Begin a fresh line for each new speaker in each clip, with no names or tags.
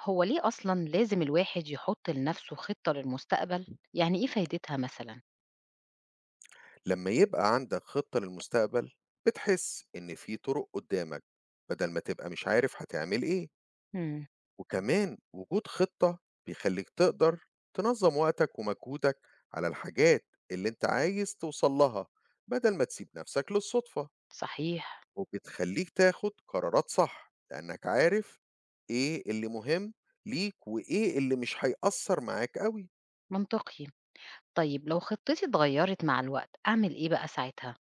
هو ليه أصلًا لازم الواحد يحط لنفسه خطة للمستقبل؟ يعني إيه فايدتها مثلًا؟
لما يبقى عندك خطة للمستقبل بتحس إن في طرق قدامك بدل ما تبقى مش عارف هتعمل إيه.
إمم،
وكمان وجود خطة بيخليك تقدر تنظم وقتك ومجهودك على الحاجات اللي انت عايز توصل لها بدل ما تسيب نفسك للصدفة.
صحيح،
وبتخليك تاخد قرارات صح لأنك عارف إيه اللي مهم ليك وإيه اللي مش هيأثر معاك قوي.
منطقي. طيب لو خطتي اتغيرت مع الوقت، أعمل إيه بقى ساعتها؟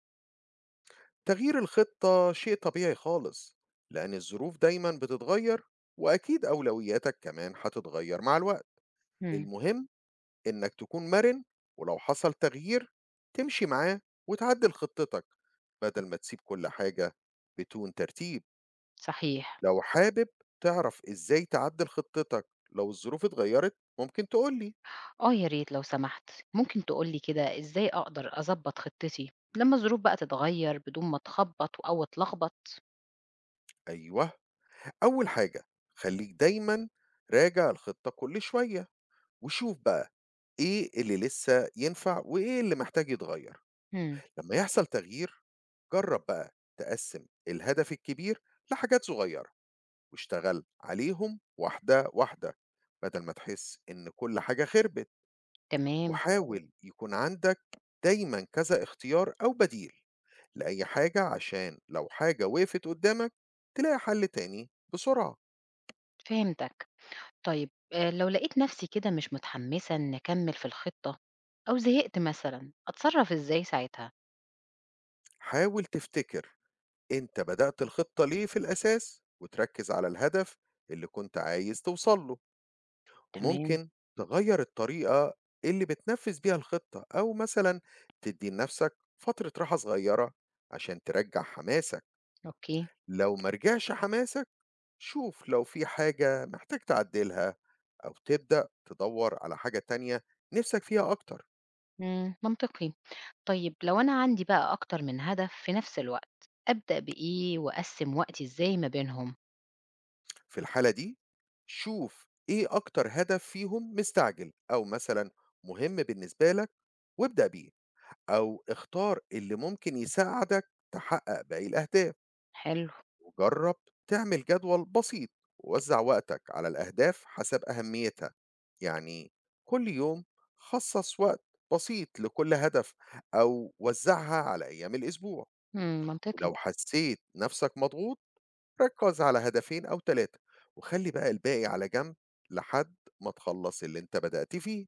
تغيير الخطة شيء طبيعي خالص لأن الظروف دايما بتتغير، وأكيد أولوياتك كمان هتتغير مع الوقت.
إمم،
المهم إنك تكون مرن، ولو حصل تغيير تمشي معاه وتعدل خطتك بدل ما تسيب كل حاجة بدون ترتيب.
صحيح.
لو حابب تعرف إزاي تعدل خطتك لو الظروف اتغيرت ممكن تقولي.
آه يا ريت لو سمحت، ممكن تقول لي كده إزاي أقدر أضبط خطتي لمّا الظروف بقى تتغير بدون ما أتخبط أو أتلخبط؟
أيوه، أول حاجة خليك دايما راجع الخطة كل شوية وشوف بقى إيه اللي لسه ينفع وإيه اللي محتاج يتغير.
إمم،
لما يحصل تغيير جرب بقى تقسم الهدف الكبير لحاجات صغيرة واشتغل عليهم واحدة واحدة بدل ما تحس إن كل حاجة خربت.
تمام،
وحاول يكون عندك دايما كذا اختيار أو بديل لأي حاجة، عشان لو حاجة وقفت قدامك تلاقي حل تاني بسرعة.
فهمتك. طيب لو لقيت نفسي كده مش متحمسة إني أكمل في الخطة أو زهقت مثلًا، أتصرف إزاي ساعتها؟
حاول تفتكر أنت بدأت الخطة ليه في الأساس وتركز على الهدف اللي كنت عايز توصل له.
تمام،
وممكن تغير الطريقة اللي بتنفذ بيها الخطة، أو مثلا تدي لنفسك فترة راحة صغيرة عشان ترجع حماسك.
أوكي،
لو مرجعش حماسك شوف لو في حاجة محتاج تعدلها، أو تبدأ تدور على حاجة تانية نفسك فيها أكتر.
إمم، منطقي. طيب لو أنا عندي بقى أكتر من هدف في نفس الوقت، أبدأ بإيه وأقسّم وقتي إزاي ما بينهم؟
في الحالة دي شوف إيه أكتر هدف فيهم مستعجل أو مثلا مهم بالنسبة لك وابدأ بيه، أو اختار اللي ممكن يساعدك تحقق باقي الأهداف،
حلو،
وجرب تعمل جدول بسيط ووزع وقتك على الأهداف حسب أهميتها، يعني كل يوم خصص وقت بسيط لكل هدف أو وزعها على أيام الأسبوع،
إمم، منطقي.
ولو حسيت نفسك مضغوط ركز على هدفين أو 3 وخلي بقى الباقي على جنب لحد ما تخلص اللي أنت بدأت فيه.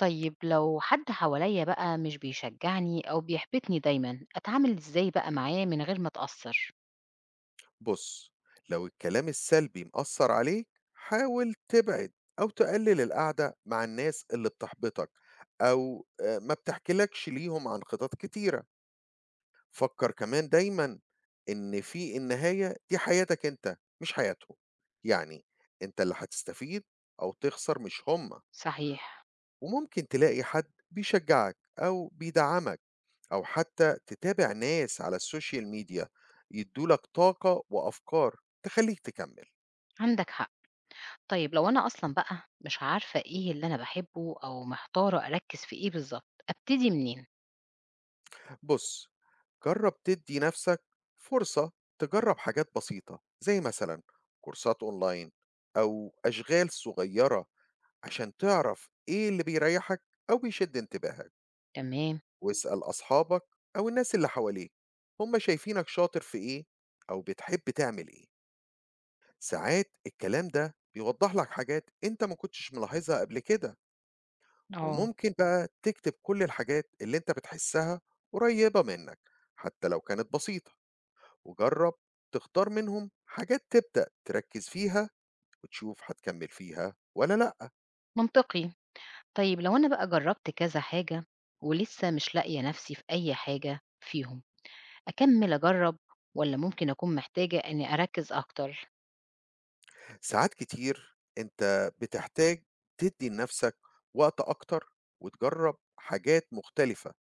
طيب لو حد حواليّا بقى مش بيشجعني أو بيحبطني دايمًا، أتعامل إزاي بقى معاه من غير ما أتأثّر؟
بص، لو الكلام السلبي مأثر عليك حاول تبعد أو تقلل القعدة مع الناس اللي بتحبطك، أو ما بتحكيلكش ليهم عن خطط كتيرة. فكر كمان دايما إن في النهاية دي حياتك أنت مش حياتهم، يعني أنت اللي هتستفيد أو تخسر مش هما.
صحيح،
وممكن تلاقي حد بيشجعك أو بيدعمك، أو حتى تتابع ناس على السوشيال ميديا يدولك طاقة وأفكار تخليك تكمل.
عندك حق. طيب لو أنا أصلًا بقى مش عارفة إيه اللي أنا باحبه أو محتارة أركّز في إيه بالضبط، أبتدي منين؟
بص، جرب تدي نفسك فرصة تجرب حاجات بسيطة زي مثلا كورسات أونلاين أو أشغال صغيرة عشان تعرف إيه اللي بيريحك أو بيشد انتباهك.
تمام،
واسأل أصحابك أو الناس اللي حواليك هم شايفينك شاطر في إيه أو بتحب تعمل إيه، ساعات الكلام ده بيوضح لك حاجات انت ما كنتش ملاحظها قبل كده.
آه.
وممكن بقى تكتب كل الحاجات اللي انت بتحسها قريبة منك حتى لو كانت بسيطة، وجرب تختار منهم حاجات تبدأ تركز فيها وتشوف هتكمل فيها ولا لأ.
منطقي. طيب لو أنا بقى جرّبت كذا حاجة ولسه مش لاقية نَفْسي في أي حاجة فيهم، أكمّل أجرّب والّا ممكن أكون محتاجة إنّي أركّز أكتر؟
ساعات كتير انت بتحتاج تدي لنفسك وقت أكتر وتجرب حاجات مختلفة،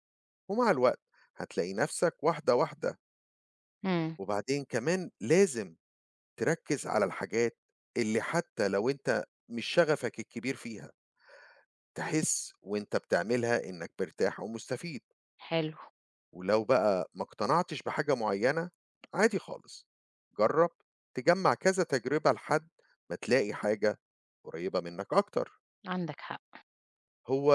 ومع الوقت هتلاقي نفسك واحدة واحدة.
إمم،
وبعدين كمان لازم تركّز على الحاجات اللي حتى لو أنت مش شغفك الكبير فيها، تحس وأنت بتعملها إنّك مرتاح ومستفيد،
حلو،
ولو بقى ما اقتنعتش بحاجة معيّنة، عادي خالص، جرّب تجمّع كذا تجربة لحد ما تلاقي حاجة قريّبة منّك أكتر.
عندك حق.
هو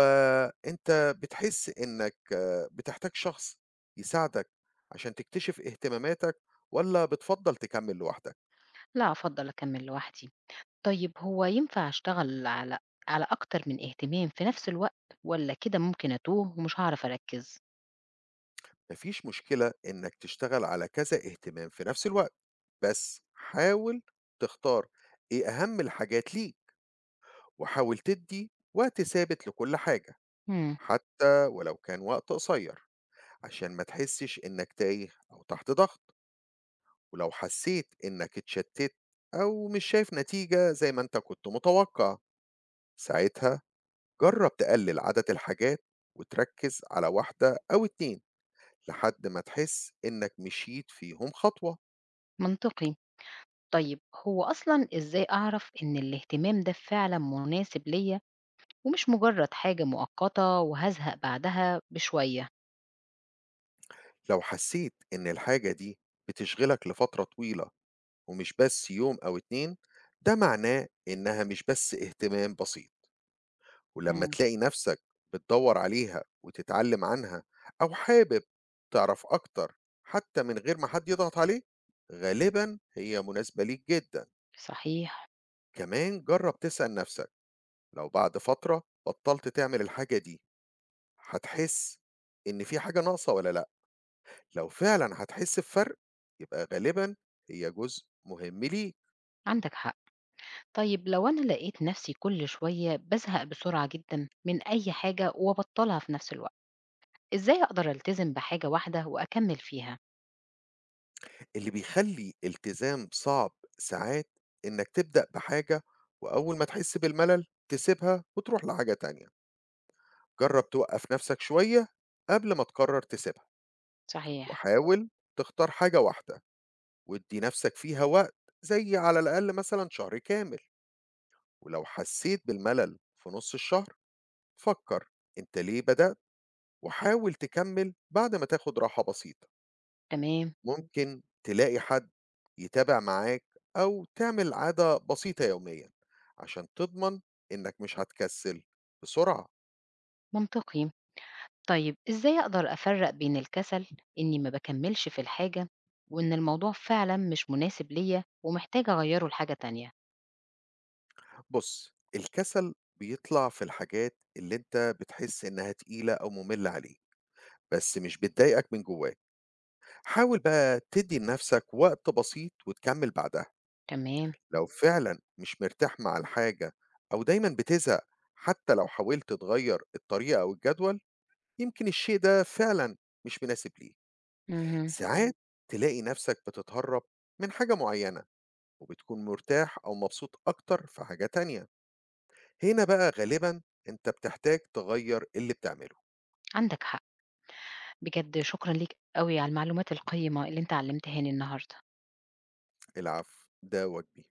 أنت بتحس إنّك بتحتاج شخص يساعدك عشان تكتشف اهتماماتك والّا بتفضّل تكمّل لوحدك؟
لأ، أفضّل أكمّل لوحدي. طيب هو ينفع أشتغل على أكتر من اهتمام في نَفْس الوقت والّا كده ممكن أتوه ومش هاعرف أركّز؟
ما فيش مشكلة إنّك تشتغل على كذا اهتمام في نفس الوقت. بس حاول تختار إيه أهم الحاجات ليك وحاول تدي وقت ثابت لكل حاجة،
إمم،
حتى ولو كان وقت قصير، عشان ما تحسش إنك تايه أو تحت ضغط. ولو حسيت إنك اتشتت أو مش شايف نتيجة زي ما أنت كنت متوقع، ساعتها جرب تقلل عدد الحاجات وتركز على واحدة أو اتنين لحد ما تحس إنك مشيت فيهم خطوة.
منطقي. طيب هو أصلًا إزاي أعرف إن الاهتمام ده فعلًا مناسب ليّا ومش مُجرّد حاجة مؤقتة وهازهق بعدها بشوية؟
لو حسيت إن الحاجة دي بتشغلك لفترة طويلة ومش بس يوم أو 2، ده معناه إنها مش بس اهتمام بسيط، ولمّا
إمم،
تلاقي نفسك بتدوّر عليها وتتعلم عنها أو حابب تعرف أكتر حتى من غير ما حد يضغط عليك، غالبًا هي مناسبة ليك جدًا.
صحيح،
كمان جرّب تسأل نفسك لو بعد فترة بطّلت تعمل الحاجة دي، هتحس إن في حاجة ناقصة والّا لأ؟ لو فعلًا هتحس بفرق، يبقى غالبًا هي جزء مهم ليك.
عندك حق. طيب لو أنا لقيت نفسي كل شوية بازهق بسرعة جدًا من أي حاجة وابطّلها في نفس الوقت، إزاي أقدر ألتزم بحاجة واحدة وأكمّل فيها؟
اللي بيخلّي التزام صعب ساعات إنّك تبدأ بحاجة وأول ما تحس بالملل تسيبها وتروح لحاجة تانية. جرّب توقّف نَفْسك شوية قبل ما تقرّر تسيبها.
صحيح.
وحاول تختار حاجة واحدة وادّي نَفْسك فيها وقت، زي على الأقل مثلًا شهر كامل، ولو حسّيت بالملل في نُص الشهر فكّر أنت ليه بدأت وحاول تكمّل بعد ما تاخُد راحة بسيطة.
تمام،
ممكن تلاقي حد يتابع معاك أو تعمل عادة بسيطة يوميا عشان تضمن إنك مش هتكسل بسرعة.
منطقي. طيب إزاي أقدر أفرّق بين الكسل إني ما باكمّلش في الحاجة، وإن الموضوع فعلًا مش مناسب ليّا ومحتاجة أغيّره لحاجة تانية؟
بص، الكسل بيطلع في الحاجات اللي انت بتحس انها تقيلة او مملة عليك، بس مش بتضايقك من جواك. حاول بقى تدي لنفسك وقت بسيط وتكمل بعدها.
تمام،
لو فعلا مش مرتاح مع الحاجة او دايما بتزهق حتى لو حاولت تغير الطريقة او الجدول، يمكن الشيء ده فعلا مش مناسب ليك.
اهم،
ساعات تلاقي نفسك بتتهرب من حاجة معينة وبتكون مرتاح أو مبسوط أكتر في حاجة تانية، هنا بقى غالبا أنت بتحتاج تغير اللي بتعمله.
عندك حق. بجد شكرًا ليك أوي على المعلومات القيّمة اللي أنت علّمتهاني النهارده.
العفو، ده واجبي.